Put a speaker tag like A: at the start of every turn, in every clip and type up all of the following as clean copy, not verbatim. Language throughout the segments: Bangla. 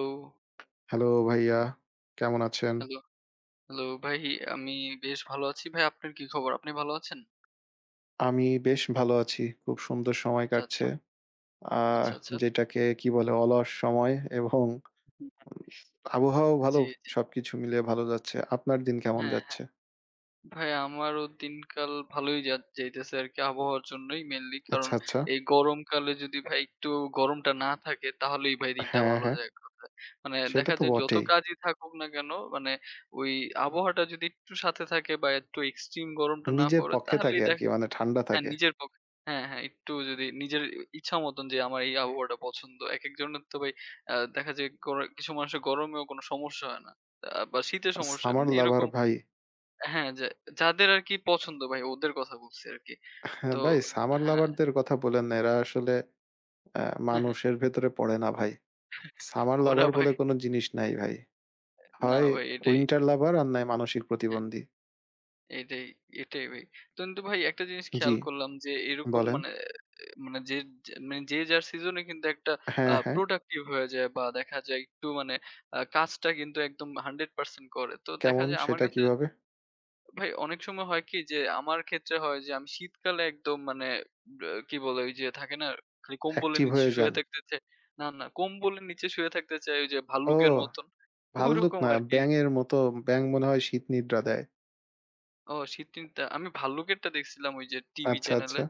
A: হ্যালো,
B: হ্যালো ভাইয়া, কেমন আছেন?
A: হ্যালো, হ্যালো ভাই আমি বেশ ভালো আছি। ভাই আপনার কি খবর? আপনি ভালো আছেন?
B: আমি বেশ ভালো আছি। খুব সুন্দর সময়
A: আচ্ছা, আচ্ছা,
B: কাটছে। আহ
A: আচ্ছা, আচ্ছা।
B: যেটাকে কি বলে? অলস সময় এবং
A: হুম,
B: আবহাওয়াও ভালো।
A: জি, জি।
B: সবকিছু মিলিয়ে ভালো যাচ্ছে। আপনার দিন কেমন
A: হ্যাঁ, হ্যাঁ।
B: যাচ্ছে?
A: ভাই আমারও দিনকাল ভালোই যাইতেছে আরকি আবহাওয়ার জন্যই মেইনলি। কারণ
B: আচ্ছা, আচ্ছা।
A: এই গরমকালে যদি ভাই গরমটা না থাকে তাহলেই ভাই দিনটা
B: হ্যাঁ,
A: ভালো
B: হ্যাঁ।
A: যায় এক কথায়। মানে
B: সেটা
A: দেখা
B: তো
A: যায় যত
B: বটেই।
A: কাজই থাকুক না কেন মানে ওই আবহাওয়াটা যদি একটু সাথে থাকে বা একটু এক্সট্রিম গরমটা না
B: নিজের
A: পড়ে
B: পক্ষে থাকে
A: তাহলেই দেখা।
B: আরকি মানে ঠান্ডা
A: হ্যাঁ,
B: থাকে।
A: নিজের পক্ষ, হ্যাঁ, হ্যাঁ, একটু যদি নিজের ইচ্ছা মতন যে আমার এই আবহাওয়াটা পছন্দ। একেকজনের তো ভাই দেখা যায় কিছু মানুষের গরমেও কোনো সমস্যা হয় না। বা শীতে সমস্যা
B: সামার
A: মানে
B: লাভার
A: এরকম।
B: ভাই।
A: হ্যাঁ, যাদের আরকি পছন্দ ভাই ওদের কথা বলছি আরকি।
B: হ্যাঁ,
A: তো
B: ভাই সামার
A: হ্যাঁ,
B: লাভারদের কথা বলেন না। এরা আসলে মানুষের ভেতরে পড়ে না ভাই। সামার
A: ওরা
B: লাভার
A: ভাই
B: বলে কোনো জিনিস নাই ভাই।
A: না
B: হয়
A: ভাই এটাই
B: 'উইন্টার লাভার' আর নয় 'মানসিক
A: হ্যাঁ।
B: প্রতিবন্ধী'।
A: এটাই, এটাই ভাই। তো কিন্তু ভাই একটা জিনিস
B: জি,
A: খেয়াল করলাম যে এরকম
B: বলেন।
A: মানে মানে যে যে মানে যে যার সিজনে কিন্তু একটা
B: হ্যাঁ, হ্যাঁ।
A: প্রোডাক্টিভ হয়ে যায় বা দেখা যায় একটু মানে কাজটা কিন্তু একদম 100% করে। তো দেখা
B: কেমন
A: যায় আমার
B: সেটা
A: কাছে
B: কিভাবে?
A: ভাই অনেক সময় হয় কি যে আমার ক্ষেত্রে হয় যে আমি শীতকালে একদম মানে ব্য কি বলে ওই যে থাকে না খালি কম্বলের
B: অ্যাক্টিভ
A: নিচে
B: হয়ে
A: শুয়ে
B: যান।
A: থাকতে চাই। না, না কম্বলের নিচে শুয়ে থাকতে চাই ওই যে
B: ও
A: ভাল্লুকের মতন।
B: ভাল্লুক
A: ওরকম
B: না,
A: আরকি।
B: ব্যাঙের মতো। ব্যাঙ মনে হয় শীত নিদ্রা দেয়।
A: ও শীত তিনটা আমি ভাল্লুকেরটা দেখছিলাম ওই যে টিভি
B: আচ্ছা,
A: চ্যানেলে।
B: আচ্ছা।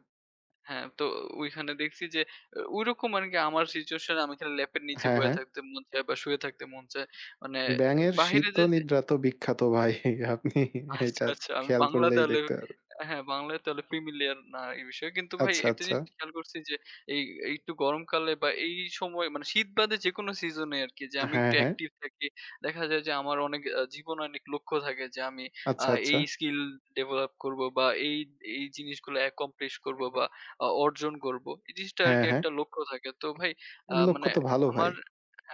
A: হ্যাঁ, তো ওইখানে দেখছি যে ঐরকম আরকি আমার সিচুয়েশন এ আমি খালি ল্যাপের নিচে
B: হ্যাঁ,
A: বইয়া
B: হ্যাঁ।
A: থাকতে মন চায় বা শুয়ে থাকতে মন চায়। মানে
B: ব্যাঙের শীত
A: বাহিরে
B: তো
A: যে
B: নিদ্রা তো বিখ্যাত ভাই। আপনি
A: আচ্ছা,
B: এটা
A: আচ্ছা। আমি
B: খেয়াল
A: বাংলা
B: করলেই
A: তাহলে
B: দেখতে পারবেন।
A: হ্যাঁ, বাংলায় তাহলে familiar না এই বিষয়ে। কিন্তু ভাই
B: আচ্ছা,
A: একটা
B: আচ্ছা।
A: জিনিস খেয়াল করছি যে এই এই একটু গরমকালে বা এই সময় মানে শীত বাদে যেকোনো সিজনে আরকি যে আমি
B: হ্যাঁ,
A: একটু
B: হ্যাঁ।
A: active থাকি। দেখা যায় যে আমার অনেক জীবনে অনেক লক্ষ্য থাকে যে আমি
B: আচ্ছা, আচ্ছা।
A: এই skill develop করব বা এই জিনিসগুলো accomplish করব বা অর্জন করব। এই জিনিসটা
B: হ্যাঁ,
A: আরকি
B: হ্যাঁ।
A: একটা লক্ষ্য থাকে। তো ভাই মানে
B: লক্ষ্য তো ভালো ভাই।
A: আমার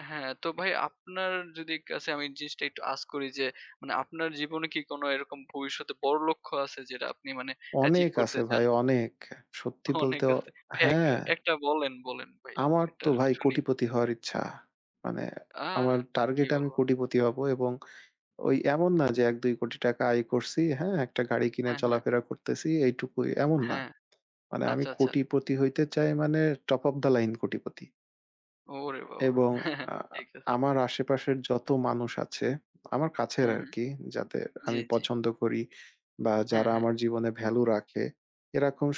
A: হ্যাঁ, তো ভাই আপনার যদি কাছে আমি জিনিসটা একটু ask করি যে মানে আপনার জীবনে কি কোনো এরকম ভবিষ্যতে বড় লক্ষ্য আছে যেটা আপনি মানে অ্যাচিভ
B: অনেক
A: করতে
B: আছে
A: চান?
B: ভাই, অনেক। সত্যি
A: অনেক
B: বলতে
A: আছে। ভাই এক
B: হ্যাঁ।
A: একটা বলেন, বলেন ভাই।
B: আমার
A: একটা
B: তো ভাই
A: শুনি।
B: কোটিপতি হওয়ার ইচ্ছা। মানে
A: আ
B: আমার
A: কি
B: টার্গেট আমি
A: বলবো?
B: কোটিপতি হব এবং ওই এমন না যে ১-২ কোটি টাকা আয় করছি, হ্যাঁ? একটা গাড়ি কিনে
A: হ্যাঁ, হ্যাঁ,
B: চলাফেরা করতেছি এইটুকুই, এমন না।
A: হ্যাঁ।
B: মানে আমি
A: আচ্ছা, আচ্ছা।
B: কোটিপতি হইতে চাই মানে টপ অফ দ্য লাইন কোটিপতি।
A: ওরে বাবা!
B: এবং
A: হ্যাঁ, হ্যাঁ।
B: আ
A: ঠিক আছে।
B: আমার আশেপাশের যত মানুষ আছে, আমার কাছের
A: হ্যাঁ, হ্যাঁ।
B: আরকি, যাদের
A: জি,
B: আমি
A: জি।
B: পছন্দ করি বা
A: হ্যাঁ,
B: যারা
A: হ্যাঁ,
B: আমার জীবনে ভ্যালু রাখে, এরকম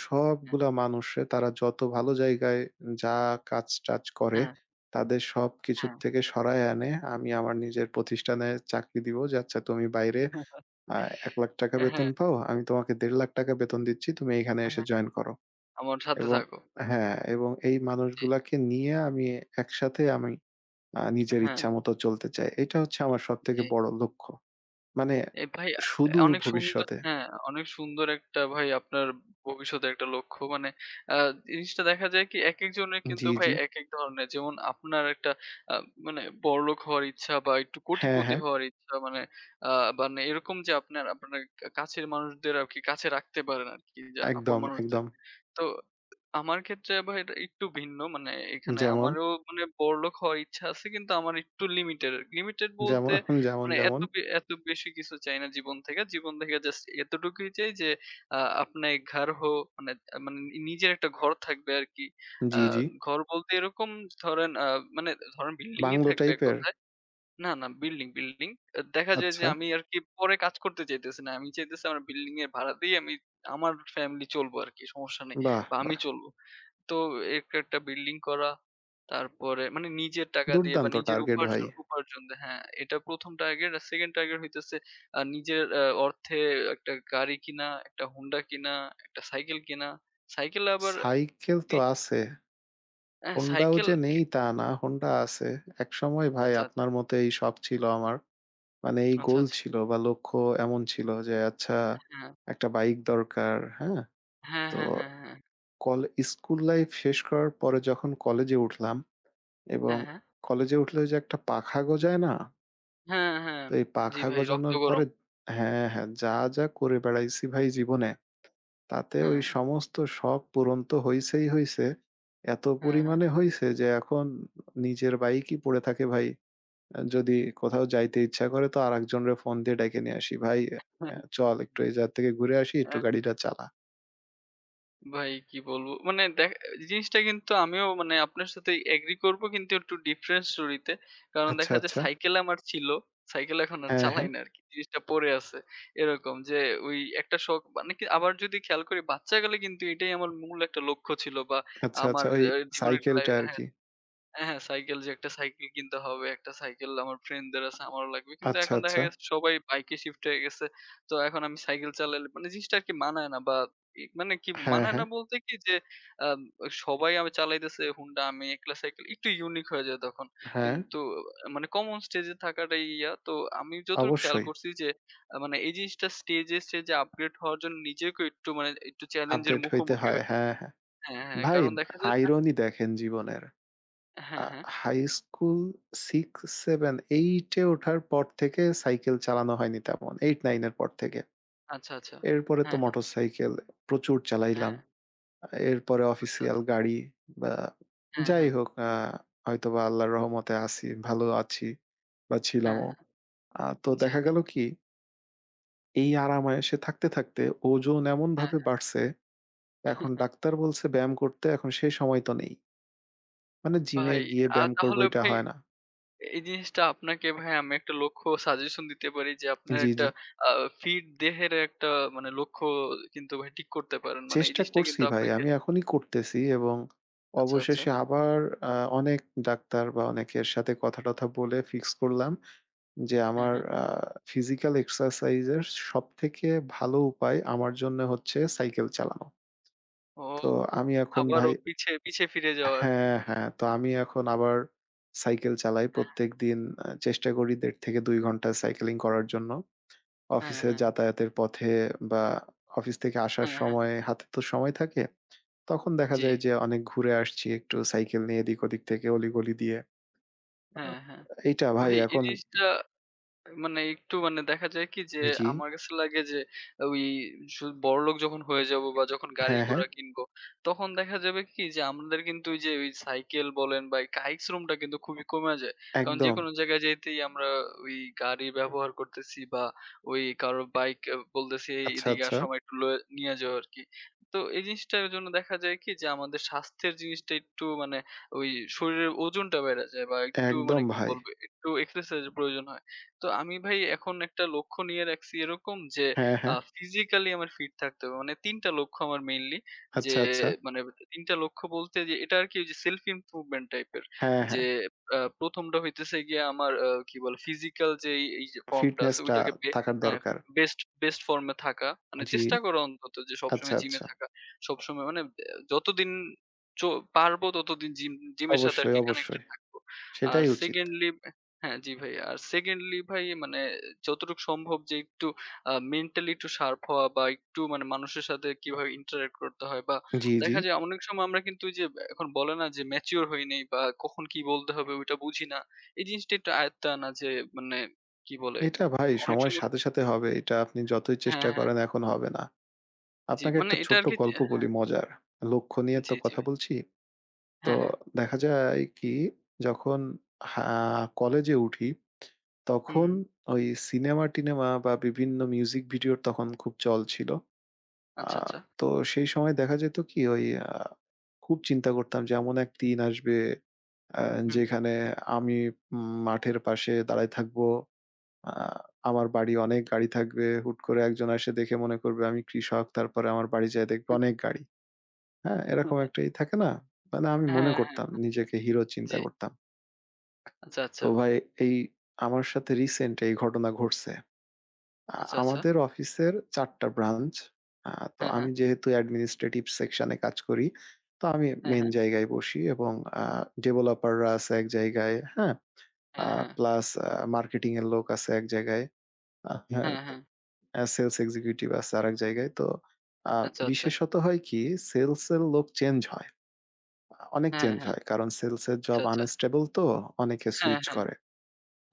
A: হ্যাঁ,
B: সবগুলা মানুষে তারা যত ভালো জায়গায় যা কাজ-টাজ করে,
A: হ্যাঁ,
B: তাদের সবকিছুর
A: হ্যাঁ।
B: থেকে সরায় এনে আমি আমার নিজের প্রতিষ্ঠানে চাকরি দিব যে, "আচ্ছা তুমি বাইরে আ ৳১,০০,০০০
A: হ্যাঁ, হ্যাঁ।
B: বেতন পাও, আমি তোমাকে ৳১,৫০,০০০ বেতন দিচ্ছি, তুমি এখানে এসে
A: হ্যাঁ,
B: জয়েন করো।"
A: আমার সাথে
B: এবং
A: থাকো।
B: হ্যাঁ, এবং এই
A: জি।
B: মানুষগুলাকে নিয়ে আমি একসাথে আমি নিজের
A: হ্যাঁ,
B: ইচ্ছামত চলতে চাই। এটা হচ্ছে আমার সবথেকে
A: জি।
B: বড় লক্ষ্য। মানে
A: এ ভাই
B: সুদূর
A: অনেক সুন্দর
B: ভবিষ্যতে।
A: হ্যাঁ, অনেক সুন্দর একটা ভাই আপনার ভবিষ্যতের একটা লক্ষ্য। মানে আ জিনিসটা দেখা যায় কি একেকজনের কিন্তু
B: জি,
A: ভাই
B: জি।
A: একেক ধরনের। যেমন আপনার একটা আ মানে বড়লোক হওয়ার ইচ্ছা বা একটু
B: হ্যাঁ,
A: কোটিপতি
B: হ্যাঁ।
A: হওয়ার ইচ্ছা মানে আ মানে এরকম যে আপনার আপনার কাছের মানুষদের আরকি কাছে রাখতে পারেন আরকি যে আপন
B: একদম,
A: মানুষদের।
B: একদম।
A: তো আমার ক্ষেত্রে ভাই এটা একটু ভিন্ন। মানে এখানে
B: যেমন,
A: আমারও মানে বড়লোক হওয়ার ইচ্ছা আছে কিন্তু আমার একটু লিমিটেড। লিমিটেড
B: যেমন,
A: বলতে
B: যেমন,
A: মানে
B: যেমন?
A: এত বেশি কিছু চাই না জীবন থেকে। জীবন থেকে জাস্ট এতটুকুই চাই যে আপনে घर हो মানে মানে নিজের একটা ঘর থাকবে আরকি। আ
B: জি, জি।
A: ঘর বলতে এরকম ধরেন মানে ধরেন বিল্ডিংই
B: বাংলো
A: থাকবে এক
B: টাইপের?
A: কথায়। না, না বিল্ডিং, বিল্ডিং। দেখা যায় যে
B: আচ্ছা।
A: আমি আরকি পরে কাজ করতে চাইতেছি না। আমি চাইতেছি আমার বিল্ডিং এর ভাড়াতেই আমি আমার ফ্যামিলি চলবো আরকি। সমস্যা নেই।
B: বাহ!
A: বা আমি
B: বাহ!
A: চলবো। তো এক একটা বিল্ডিং করা। তারপরে মানে নিজের টাকা দিয়ে বা
B: দুর্দান্ত
A: নিজের
B: টার্গেট ভাই।
A: উপার্জন উপার্জন দিয়ে হ্যাঁ, এটা ১ম টার্গেট। আর 2nd টার্গেট হইতেছে নিজের অর্থে একটা গাড়ি কিনা, একটা Honda কিনা, একটা সাইকেল কিনা। সাইকেল আবার
B: সাইকেল তো
A: তি
B: আছে। Honda ও
A: সাইকেল
B: যে
A: কে
B: নেই তা না, Honda আছে। একসময় ভাই
A: আচ্ছা, আচ্ছা,
B: আপনার মতো এই শখ ছিল আমার। মানে এই
A: আচ্ছা,
B: গোল
A: আচ্ছা।
B: ছিল বা লক্ষ্য এমন ছিল যে আচ্ছা
A: হ্যাঁ।
B: একটা বাইক দরকার, হ্যাঁ?
A: হ্যাঁ,
B: তো
A: হ্যাঁ, হ্যাঁ, হ্যাঁ।
B: কল স্কুল লাইফ শেষ করার পরে যখন কলেজে উঠলাম এবং
A: হ্যাঁ, হ্যাঁ।
B: কলেজে উঠলে ওই যে একটা পাখা গজায় না?
A: হ্যাঁ, হ্যাঁ।
B: তো এই
A: জি
B: পাখা
A: ভাই রক্ত
B: গজানোর
A: গরম।
B: পরে হ্যাঁ, হ্যাঁ, যা, যা করে বেড়াইছি ভাই জীবনে, তাতে ওই
A: হ্যাঁ,
B: সমস্ত শখ পূরণ তো হইছেই হইছে। এত
A: হ্যাঁ, হ্যাঁ।
B: পরিমাণে হইছে যে এখন নিজের বাইকই পড়ে থাকে ভাই। যদি কোথাও যাইতে ইচ্ছা করে তো আরেকজনের ফোন দিয়ে ডেকে নিয়ে আসি। "ভাই
A: হ্যাঁ, হ্যাঁ,
B: চল একটু এই জায়গা থেকে ঘুরে আসি, একটু গাড়িটা চালা।"
A: ভাই কি বলবো? মানে জিনিসটা কিন্তু আমিও মানে আপনার সাথে এগ্রি করব কিন্তু একটু ডিফারেন্ট স্টোরিতে। কারণ
B: আচ্ছা,
A: দেখা যায়
B: আচ্ছা।
A: সাইকেল আমার ছিল। সাইকেল এখন আর
B: হ্যাঁ,
A: চালাই
B: হ্যাঁ।
A: না আরকি। জিনিসটা পড়ে আছে। এরকম যে ওই একটা শখ মানে কি আবার যদি খেয়াল করি বাচ্চাকালে কিন্তু এটাই আমার মূল একটা লক্ষ্য ছিল বা
B: আচ্ছা,
A: আমার
B: আচ্ছা। ওই
A: জীবনের একটা
B: সাইকেলটা
A: হ্যাঁ।
B: আরকি।
A: হ্যাঁ, হ্যাঁ, সাইকেল যে একটা সাইকেল কিনতে হবে, একটা সাইকেল আমার ফ্রেন্ডদের আছে, আমারও লাগবে। কিন্তু
B: আচ্ছা,
A: এখন দেখা
B: আচ্ছা।
A: গেছে সবাই বাইকে শিফট হয়ে গেছে। তো এখন আমি সাইকেল চালাইলে মানে জিনিসটা আরকি মানায় না বা মানে কি
B: হ্যাঁ,
A: মানায় না
B: হ্যাঁ,
A: বলতে কি যে আম সবাই আমি চালাইতেছে হুন্ডা, আমি একলা সাইকেল একটু ইউনিক হয়ে যায় তখন।
B: হ্যাঁ,
A: কিন্তু মানে কমন স্টেজে থাকাটাই ইয়া। তো আমি যতদূর খেয়াল
B: অবশ্যই।
A: করছি যে মানে এই জিনিসটা স্টেজে আপগ্রেড হওয়ার জন্য নিজেকেও একটু মানে একটু চ্যালেঞ্জের
B: আপডেট হইতে
A: মুখোমুখি
B: হয়।
A: হই।
B: হ্যাঁ, হ্যাঁ।
A: হ্যাঁ, হ্যাঁ,
B: ভাই
A: কারণ দেখা যায়
B: আইরনি দেখেন জীবনের।
A: হ্যাঁ,
B: আ
A: হ্যাঁ।
B: হাই স্কুল 6, 7, 8 এ ওঠার পর থেকে সাইকেল চালানো হয়নি তেমন। 8, 9 এর পর থেকে।
A: আচ্ছা, আচ্ছা।
B: এরপরে তো
A: হ্যাঁ,
B: মোটরসাইকেল প্রচুর
A: হ্যাঁ।
B: চালাইলাম। এরপরে
A: আচ্ছা,
B: অফিসিয়াল
A: আচ্ছা।
B: গাড়ি বা
A: হ্যাঁ,
B: যাই
A: হ্যাঁ।
B: হোক হয়তোবা আল্লাহর রহমতে আছি, ভালো আছি বা
A: হ্যাঁ,
B: ছিলামও।
A: হ্যাঁ।
B: তো
A: জি,
B: দেখা
A: জি।
B: গেল কি এই আরাম-আয়েশে থাকতে, থাকতে ওজন
A: হ্যাঁ।
B: এমনভাবে বাড়ছে
A: হ্যাঁ।
B: এখন ডাক্তার বলছে ব্যায়াম করতে, এখন সেই সময় তো নেই। মানে জিমে
A: ভাই,
B: গিয়ে ব্যায়াম করব
A: তাহলে
B: এটা
A: ভাই
B: হয় না।
A: এই জিনিসটা আপনাকে ভাই আমি একটা লক্ষ্য সাজেশন দিতে পারি যে আপনার
B: জি,
A: একটা
B: জি।
A: আ ফিট দেহের একটা মানে লক্ষ্য কিন্তু ভাই ঠিক করতে পারেন। মানে এই
B: চেষ্টা
A: জিনিসটা
B: করছি
A: কিন্তু
B: ভাই।
A: আপনাকে
B: আমি এখনই করতেছি এবং
A: আচ্ছা, আচ্ছা।
B: অবশেষে আবার আ অনেক ডাক্তার বা অনেকের সাথে কথা-টথা বলে ফিক্স করলাম যে
A: হ্যাঁ,
B: আমার
A: হ্যাঁ।
B: ফিজিক্যাল এক্সারসাইজ এর সবথেকে ভালো উপায় আমার জন্য হচ্ছে সাইকেল চালানো।
A: ও
B: তো আমি এখন ভাই
A: আবারও পিছে ফিরে যাওয়া আরকি।
B: হ্যাঁ, হ্যাঁ। তো আমি এখন আবার সাইকেল চালাই।
A: হ্যাঁ,
B: প্রত্যেকদিন চেষ্টা করি ১.৫ থেকে ২ ঘন্টা সাইকেলিং করার জন্য।
A: হ্যাঁ,
B: অফিসে
A: হ্যাঁ।
B: যাতায়াতের পথে বা অফিস থেকে আসার
A: হ্যাঁ, হ্যাঁ।
B: সময় হাতে তো সময় থাকে। তখন দেখা
A: জি।
B: যায় যে অনেক ঘুরে আসছি একটু সাইকেল নিয়ে এদিক ওদিক থেকে অলিগলি দিয়ে। আ
A: হ্যাঁ, হ্যাঁ।
B: এইটা ভাই
A: ভাই এই
B: এখন
A: জিনিসটা মানে একটু মানে দেখা যায় কি যে
B: জি।
A: আমার কাছে লাগে যে ওই বড়লোক যখন হয়ে যাবো বা যখন
B: হ্যাঁ, হ্যাঁ।
A: গাড়ি-ঘোড়া কিনবো, তখন দেখা যাবে কি যে আমাদের কিন্তু ওই যে ওই সাইকেল বলেন বা এই কায়িক শ্রমটা কিন্তু খুবই কমে যায়। কারণ
B: একদম।
A: যেকোনো জায়গায় যাইতেই আমরা ওই গাড়ি ব্যবহার করতেছি বা ওই কারো বাইক বলতেছি "এই
B: আচ্ছা,
A: এদিকে
B: আচ্ছা।
A: আসো আমায় একটু লয়ে নিয়ে যাও" আরকি। তো এই জিনিসটার জন্য দেখা যায় কি যে আমাদের স্বাস্থ্যের জিনিসটা একটু মানে ওই শরীরের ওজনটা বেড়ে যায় বা একটু মানে
B: একদম
A: কি
B: ভাই।
A: বলবো একটু এক্সারসাইজ এর প্রয়োজন হয়। তো আমি ভাই এখন একটা লক্ষ্য নিয়ে রাখছি এরকম যে
B: হ্যাঁ, হ্যাঁ।
A: ফিজিক্যালি আমার ফিট থাকতে হবে। মানে ৩ টা লক্ষ্য আমার মেইনলি যে
B: আচ্ছা, আচ্ছা।
A: মানে ৩ টা লক্ষ্য বলতে যে এটা আরকি ওইযে সেলফ ইমপ্রুভমেন্ট টাইপের।
B: হ্যাঁ,
A: যে
B: হ্যাঁ।
A: ১ম টা হইতেছে গিয়ে আমার কি বলে ফিজিক্যাল যেই এই এই যে ফর্মটা আছে
B: ফিটনেসটা
A: ওইটাকে
B: থাকার
A: হ্যাঁ,
B: দরকার।
A: বেস্ট বেস্ট ফর্ম এ থাকা। মানে
B: জি।
A: চেষ্টা করা অন্তত যে
B: আচ্ছা,
A: সবসময় জিমে
B: আচ্ছা।
A: থাকা। সবসময় মানে যতদিন চ পারবো ততদিন জিমের সাথে
B: অবশ্যই,
A: আরকি কানেক্টেড
B: অবশ্যই।
A: থাকবো। আর
B: সেটাই উচিত।
A: সেকেন্ডলি হ্যাঁ, জি ভাই। আর সেকেন্ডলি ভাই মানে যতটুকু সম্ভব যে একটু মেন্টালি একটু শার্প হওয়া বা একটু মানে মানুষের সাথে কিভাবে ইন্টারেক্ট করতে হয় বা
B: জি, জি।
A: দেখা যায় অনেক সময় আমরা কিন্তু ওই যে এখন বলে না যে ম্যাচিউর হই নাই বা কখন কি বলতে হবে ওইটা বুঝি না। এই জিনিসটা একটু আয়ত্তে আনা যে মানে কি বলে
B: এটা ভাই
A: অনেক
B: সময়ের
A: সময়
B: সাথে, সাথে হবে। এটা আপনি যতই
A: হ্যাঁ,
B: চেষ্টা
A: হ্যাঁ।
B: করেন এখন হবে না।
A: হ্যাঁ, জি
B: আপনাকে
A: মানে
B: একটা
A: এটা
B: ছোট্ট
A: আরকি
B: গল্প
A: হ্যাঁ,
B: বলি মজার। লক্ষ্য নিয়ে তো
A: জি, জি
B: কথা
A: ভাই।
B: বলছি। তো
A: হ্যাঁ, হ্যাঁ।
B: দেখা যায় কি যখন হা কলেজে উঠি,
A: হুম,
B: তখন
A: হুম।
B: ওই সিনেমা-টিনেমা বা বিভিন্ন মিউজিক ভিডিওর তখন খুব চল ছিল। আ
A: আচ্ছা, আচ্ছা।
B: তো সেই সময় দেখা যেত কি ওই খুব চিন্তা করতাম যে এমন এক দিন আসবে আ
A: হুম,
B: যেখানে আমি মাঠের পাশে দাঁড়ায় থাকবো। আ আমার বাড়ি অনেক গাড়ি থাকবে। হুট করে একজন এসে দেখে মনে করবে আমি কৃষক। তারপরে আমার বাড়ি যেয়ে দেখবে অনেক
A: হুম।
B: গাড়ি। হ্যাঁ, এরকম একটা ই থাকে না? মানে আমি মনে
A: হ্যাঁ,
B: করতাম,
A: হ্যাঁ।
B: নিজেকে হিরো
A: জি।
B: চিন্তা করতাম।
A: আচ্ছা, আচ্ছা।
B: তো ভাই এই আমার সাথে রিসেন্ট এই ঘটনা ঘটছে।
A: আচ্ছা, আচ্ছা।
B: আমাদের অফিসের ৪ টা ব্রাঞ্চ। আ তো
A: হ্যাঁ, হ্যাঁ।
B: আমি যেহেতু অ্যাডমিনিস্ট্রেটিভ সেকশনে কাজ করি, তো আমি
A: হ্যাঁ,
B: মেইন
A: হ্যাঁ।
B: জায়গায় বসি এবং আ ডেভেলপাররা আছে এক জায়গায়, হ্যাঁ? আ
A: হ্যাঁ, হ্যাঁ।
B: প্লাস মার্কেটিং এর লোক আছে এক জায়গায়। হ্যাঁ,
A: হ্যাঁ, হ্যাঁ।
B: সেলস এক্সিকিউটিভ আছে আরেক জায়গায়। তো আ
A: আচ্ছা, আচ্ছা।
B: বিশেষত হয় কি সেলস এর লোক চেঞ্জ হয়। অনেক
A: হ্যাঁ,
B: চেঞ্জ
A: হ্যাঁ।
B: হয়। কারণ সেলসের
A: আচ্ছা,
B: জব
A: আচ্ছা।
B: আনস্টেবল তো অনেকে
A: হ্যাঁ,
B: সুইচ
A: হ্যাঁ।
B: করে।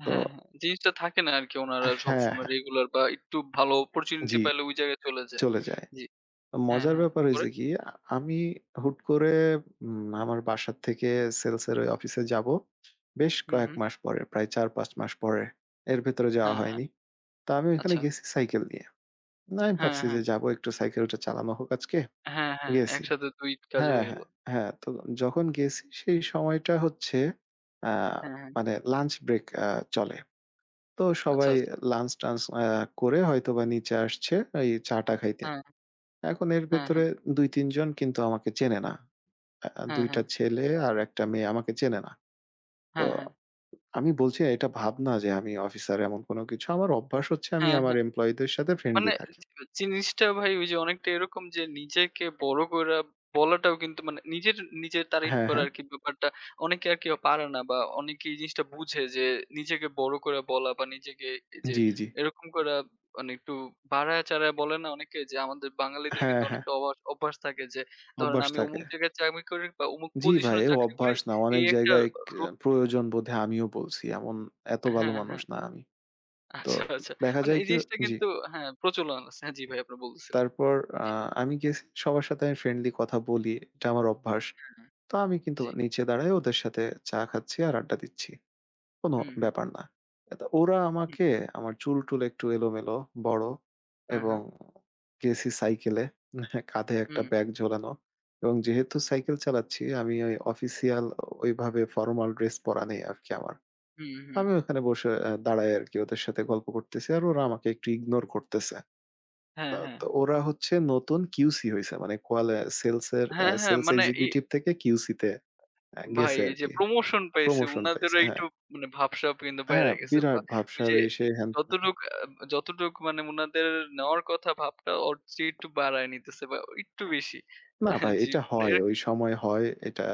B: তো
A: হ্যাঁ, হ্যাঁ। জিনিসটা থাকে না আরকি উনারা
B: হ্যাঁ,
A: সবসময়
B: হ্যাঁ।
A: রেগুলার বা একটু ভালো অপরচুনিটি
B: জি,
A: পাইলে ওই জায়গায় চলে যায়।
B: চলে যায়।
A: জি। হ্যাঁ,
B: মজার
A: হ্যাঁ।
B: ব্যাপার
A: পরে?
B: হইছে কি আমি হুট করে আমার বাসার থেকে সেলসের ওই অফিসে যাবো। বেশ
A: হুম,
B: কয়েক
A: হুম।
B: মাস পরে, প্রায় ৪-৫ মাস পরে। এর ভেতরে যাওয়া
A: হ্যাঁ, হ্যাঁ।
B: হয়নি। তো আমি ওখানে
A: আচ্ছা।
B: গেছি সাইকেল নিয়ে। না আমি
A: হ্যাঁ,
B: ভাবছি
A: হ্যাঁ।
B: যে যাবো একটু সাইকেলটা চালানো হোক আজকে।
A: হ্যাঁ, হ্যাঁ।
B: গেছি।
A: একসাথে ২ কাজ
B: হ্যাঁ,
A: হয়ে গেল।
B: হ্যাঁ, হ্যাঁ। তো যখন গেছি সেই সময়টা হচ্ছে আ
A: হ্যাঁ, হ্যাঁ।
B: মানে লাঞ্চ ব্রেক চলে। তো
A: আচ্ছা,
B: সবাই
A: আচ্ছা।
B: লাঞ্চ-টাঞ্চ করে হয়তোবা নিচে আসছে এই চা-টা খাইতে।
A: হ্যাঁ,
B: এখন এর
A: হ্যাঁ,
B: ভেতরে
A: হ্যাঁ।
B: ২-৩ জন কিন্তু আমাকে চেনে না। আ
A: হ্যাঁ,
B: ২ টা
A: হ্যাঁ।
B: ছেলে আর ১ টা মেয়ে আমাকে চেনে না। তো
A: হ্যাঁ, হ্যাঁ।
B: আমি বলছি এটা ভাবনা যে আমি অফিসার এমন কোনো কিছু। আমার অভ্যাস হচ্ছে আমি
A: হ্যাঁ,
B: আমার
A: হ্যাঁ।
B: এমপ্লয়িদের সাথে ফ্রেন্ডলি
A: মানে
B: থাকি।
A: জিনিসটা ভাই ওই যে অনেকটা এরকম যে নিজেকে বড় কইরা বলাটাও কিন্তু মানে নিজের তারিফ
B: হ্যাঁ,
A: করা
B: হ্যাঁ।
A: আরকি ব্যাপারটা অনেকে আরকি পারে না বা অনেকে এই জিনিসটা বুঝে যে নিজেকে বড় করে বলা বা নিজেকে এই যে
B: জি, জি।
A: এরকম করা মানে একটু বাড়ায় চাড়ায় বলে না অনেকে যে আমাদের বাঙালিদের
B: হ্যাঁ,
A: কিন্তু
B: হ্যাঁ।
A: অনেকটা অভ্যাস অভ্যাস থাকে যে ধরেন
B: অভ্যাস
A: আমি
B: থাকে।
A: অমুক জায়গায় চাকরি করি বা অমুক
B: জি ভাই,
A: পজিশনে
B: এ
A: চাকরি করি
B: অভ্যাস না।
A: এই
B: অনেক
A: একটা
B: জায়গায় কে
A: রো
B: প্রয়োজন বোধে আমিও বলছি। এমন এত ভালো
A: হ্যাঁ,
B: মানুষ
A: হ্যাঁ।
B: না আমি। তো
A: আচ্ছা, আচ্ছা।
B: দেখা
A: মানে
B: যায়
A: এই
B: কি
A: জিনিসটা
B: জি।
A: কিন্তু হ্যাঁ, প্রচলন আছে। হ্যাঁ, জি ভাই আপনি বলতেছিলেন।
B: তারপর আ
A: জি,
B: আমি গেছি সবার সাথে আমি ফ্রেন্ডলি কথা বলি। এটা আমার অভ্যাস।
A: হ্যাঁ,
B: তো আমি কিন্তু
A: জি।
B: নিচে দাঁড়ায় ওদের সাথে চা খাচ্ছি আর আড্ডা দিচ্ছি। কোনো
A: হুম, হুম,
B: ব্যাপার না। তো ওরা
A: হুম।
B: আমাকে আমার চুল-টুল একটু এলোমেলো, বড়
A: হ্যাঁ,
B: এবং
A: হ্যাঁ।
B: গেছি সাইকেলে। হ্যাঁ, কাঁধে একটা
A: হুম,
B: ব্যাগ ঝোলানো এবং যেহেতু সাইকেল চালাচ্ছি আমি ওই অফিসিয়াল ওইভাবে ফরমাল ড্রেস পরা নেই আরকি আমার।
A: হুম, হুম।
B: আমি ওখানে বসে দাঁড়ায় আরকি ওদের সাথে গল্প করতেছি আর ওরা আমাকে একটু ইগনোর করতেছে।
A: হ্যাঁ, হ্যাঁ।
B: তো ওরা হচ্ছে নতুন QC হইছে। মানে সেলসের
A: হ্যাঁ, হ্যাঁ।
B: সেলস
A: মানে এই
B: এক্সিকিউটিভ থেকে QC তে
A: ভাই
B: গেছে
A: এই যে
B: আরকি।
A: প্রমোশন পাইছে
B: প্রমোশন পাইছে।
A: উনাদেরও
B: হ্যাঁ।
A: একটু মানে ভাবসাব কিন্তু বাইরা
B: হ্যাঁ,
A: গেছে বা
B: বিরাট
A: ওই
B: ভাবসাব
A: যে
B: এই সেই হ্যান-ত্যান।
A: যতটুক আ যতটুক মানে উনাদের নেওয়ার কথা ভাবটা ওর চেয়ে একটু বাড়ায় নিতেছে বা একটু বেশি।
B: না
A: হ্যাঁ,
B: ভাই
A: জি।
B: এটা
A: মানে
B: হয়।
A: এর
B: ওই সময় হয়। এটা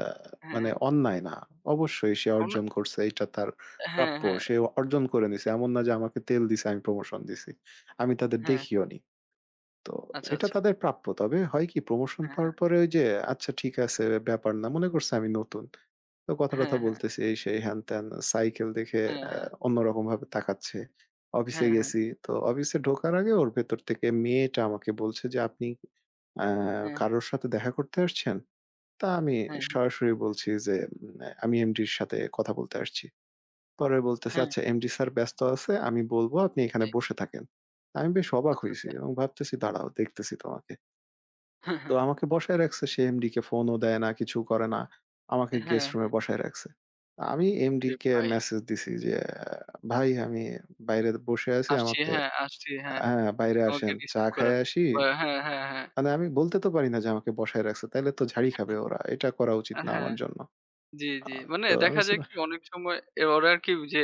A: হ্যাঁ,
B: মানে
A: হ্যাঁ।
B: অন্যায় না। অবশ্যই সে
A: অনা
B: অর্জন করছে। এটা তার
A: হ্যাঁ,
B: প্রাপ্য।
A: হ্যাঁ।
B: সে অর্জন করে
A: জি,
B: নিছে। এমন না যে আমাকে তেল দিছে, আমি প্রমোশন দিছি। আমি তাদের
A: হ্যাঁ।
B: দেখিওনি। তো
A: আচ্ছা,
B: এটা
A: আচ্ছা।
B: তাদের প্রাপ্য। তবে হয় কি প্রমোশন
A: হ্যাঁ,
B: পাওয়ার
A: হ্যাঁ।
B: পরে ওই যে আচ্ছা ঠিক আছে ব্যাপার না। মনে করছে আমি নতুন। তো
A: হ্যাঁ,
B: কথা-টথা
A: হ্যাঁ।
B: বলতেছি এই সেই হ্যান-ত্যান। সাইকেল দেখে
A: হ্যাঁ,
B: আ
A: হ্যাঁ।
B: অন্যরকমভাবে তাকাচ্ছে। অফিসে
A: হ্যাঁ, হ্যাঁ।
B: গেছি। তো অফিসে ঢোকার আগে ওর ভেতর থেকে মেয়েটা আমাকে বলছে যে, "আপনি আ কারোর সাথে দেখা করতে আসছেন?" তা আমি
A: হ্যাঁ, হ্যাঁ।
B: সরাসরি বলছি যে, উম "আমি এমডির সাথে কথা বলতে আসছি।" পরে বলতেছে,
A: হ্যাঁ,
B: "আচ্ছা
A: হ্যাঁ।
B: এমডি স্যার ব্যস্ত আছে। আমি বলব আপনি এখানে
A: জি।
B: বসে থাকেন।" আমি বেশ অবাক
A: আচ্ছা,
B: হইছি
A: আচ্ছা।
B: এবং ভাবতেছি দাঁড়াও দেখতেছি তোমাকে।
A: হ্যাঁ,
B: তো
A: হ্যাঁ।
B: আমাকে বসায় রাখছে। সে এমডি কে ফোনও দেয় না, কিছু করে না। আমাকে
A: হ্যাঁ,
B: গেস্ট রুমে বসায় রাখছে। আমি এমডি
A: আরে
B: কে
A: ভাই।
B: মেসেজ দিছি যে, আহ, "ভাই আমি বাইরে বসে আছি।
A: আসছি,
B: আমাকে
A: হ্যাঁ, আসছি, হ্যাঁ।
B: হ্যাঁ, বাইরে
A: আমাকে
B: আসেন। চা
A: রিসিভ করেন।
B: খাইয়া আসি।"
A: বা হ্যাঁ, হ্যাঁ, হ্যাঁ।
B: মানে আমি বলতে তো পারি না যে আমাকে বসায় রাখছে। তাইলে তো ঝাড়ি খাবে ওরা। এটা করা উচিত না
A: হ্যাঁ,
B: আমার জন্য।
A: জি,
B: আ
A: জি। মানে
B: তো আমি
A: দেখা
B: বলছি
A: যায় কি অনেক সময় এ ওরা আরকি যে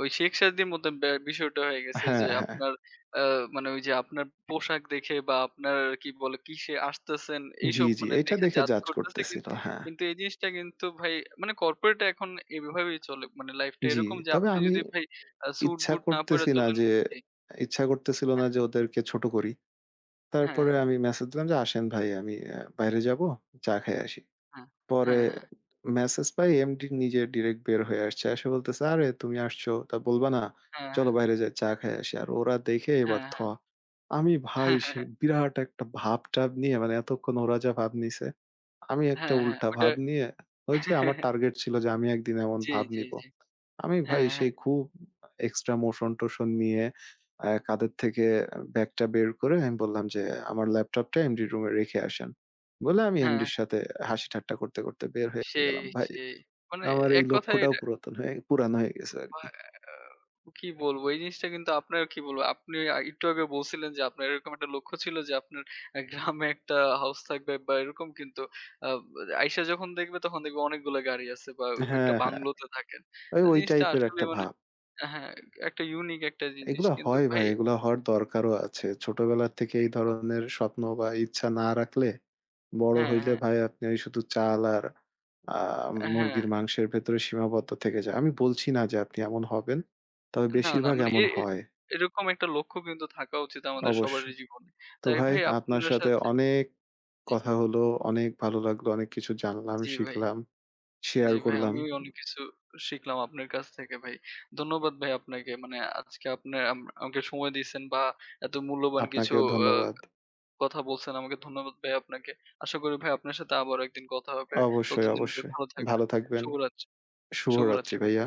A: ওই শেখ সাদির মতো বিষয়টা হয়ে গেছে
B: হ্যাঁ,
A: যে
B: হ্যাঁ।
A: আপনার আ মানে ওই যে আপনার পোশাক দেখে বা আপনার কি বলে কিসে আসতেছেন
B: জি,
A: এইসব
B: জি।
A: মানে
B: এটা
A: দেখে
B: দেখে
A: জাজ
B: জাজ
A: করতেছে।
B: করতেছিল। হ্যাঁ।
A: কিন্তু এই জিনিসটা কিন্তু ভাই মানে কর্পোরেট এখন এভাবেই চলে। মানে লাইফটা
B: জি।
A: এরকম যে
B: তবে
A: আপনি
B: আমি
A: যদি ভাই
B: ইচ্ছা
A: স্যুট-বুট না পরে
B: করতেছি না
A: চলেন
B: যে
A: জি,
B: ইচ্ছা করতেছিল না
A: হ্যাঁ,
B: যে ওদেরকে ছোট করি।
A: হ্যাঁ,
B: তারপরে
A: হ্যাঁ,
B: আমি মেসেজ দিলাম যে, "আসেন ভাই আমি বাইরে যাবো, চা খেয়ে আসি।"
A: হ্যাঁ,
B: পরে
A: হ্যাঁ,
B: মেসেজ পাই এমডি নিজে ডিরেক্ট বের হয়ে আসছে। এসে বলতেছে, "আরে তুমি আসছো, তা বলবা না?
A: হ্যাঁ,
B: চলো
A: হ্যাঁ,
B: বাইরে যাই চা খেয়ে আসি।" আর ওরা দেখে এবার
A: হ্যাঁ,
B: থ।
A: হ্যাঁ,
B: আমি ভাই
A: হ্যাঁ।
B: সে বিরাট একটা ভাব-টাব নিয়ে মানে এতক্ষণ ওরা যা ভাব নিছে, আমি একটা
A: হ্যাঁ, হ্যাঁ।
B: উল্টা
A: ওটা
B: ভাব নিয়ে ওই যে আমার টার্গেট ছিল যে আমি একদিন এমন
A: জি,
B: ভাব
A: জি,
B: নিবো।
A: জি।
B: আমি ভাই
A: হ্যাঁ, হ্যাঁ,
B: সেই খুব এক্সট্রা মোশন-টোশন নিয়ে কাঁধের থেকে ব্যাগটা বের করে আমি বললাম যে, "আমার ল্যাপটপটা এমডির রুমে রেখে আসেন।" বলে আমি
A: হ্যাঁ,
B: এমডির সাথে
A: হ্যাঁ।
B: হাসি ঠাট্টা করতে, করতে বের হয়ে
A: সেই,
B: গেলাম। ভাই
A: সেই। মানে
B: আমার এই
A: এক কথায়
B: লক্ষ্যটাও
A: এটা
B: পুরাতন হয়ে পুরানো হয়ে গেছে আরকি।
A: আ কি বলবো? এই জিনিসটা কিন্তু আপনার কি বলবো? আপনি একটু আগে বলছিলেন যে আপনার এরকম একটা লক্ষ্য ছিল যে আপনার গ্রামে একটা হাউস থাকবে বা এরকম কিন্তু আ আইসা যখন দেখবে তখন দেখবে অনেকগুলো গাড়ি আছে বা একটা
B: হ্যাঁ, হ্যাঁ।
A: বাংলোতে থাকেন।
B: ওই, ওই
A: জিনিসটা
B: টাইপের
A: আসলে
B: একটা
A: মানে
B: ভাব।
A: হ্যাঁ, একটা ইউনিক একটা জিনিস।
B: এগুলো
A: কিন্তু
B: হয়
A: ভাই
B: ভাই, এগুলো হওয়ার দরকারও আছে। ছোটবেলা থেকে এই ধরনের স্বপ্ন বা ইচ্ছা না রাখলে, বড়
A: হ্যাঁ,
B: হইলে
A: হ্যাঁ,
B: ভাই আপনি ওই শুধু চাল আর আ
A: হ্যাঁ।
B: মুরগির মাংসের ভেতরে সীমাবদ্ধ থেকে যায়। আমি বলছি না যে আপনি এমন হবেন। তবে
A: না, না
B: বেশিরভাগ
A: মানে এ
B: এমন
A: এ
B: হয়,
A: এরকম একটা লক্ষ্য কিন্তু থাকা উচিত আমাদের সবারই
B: অবশ্যই।
A: জীবনে।
B: তো
A: তাই
B: ভাই
A: ভাই
B: আপনার
A: আপনার
B: সাথে
A: সাথে
B: অনেক
A: জি,
B: কথা হলো, অনেক ভালো লাগলো, অনেক কিছু জানলাম,
A: জি ভাই,
B: শিখলাম,
A: জি
B: শেয়ার
A: ভাই
B: করলাম।
A: আমিও অনেক কিছু শিখলাম আপনার কাছ থেকে ভাই। ধন্যবাদ ভাই আপনাকে। মানে আজকে আপনি আমাকে সময় দিয়েছেন বা এত মূল্যবান কিছু
B: আপনাকেও
A: আ
B: ধন্যবাদ।
A: কথা বলছেন আমাকে। ধন্যবাদ ভাই আপনাকে। আশা করি ভাই আপনার সাথে আবারও একদিন কথা হবে।
B: অবশ্যই,
A: ততদিন ভাই
B: অবশ্যই।
A: ভালো থাকবেন।
B: ভালো থাকবেন।
A: শুভরাত্রি, শুভরাত্রি
B: শুভরাত্রি
A: ভাই।
B: ভাইয়া।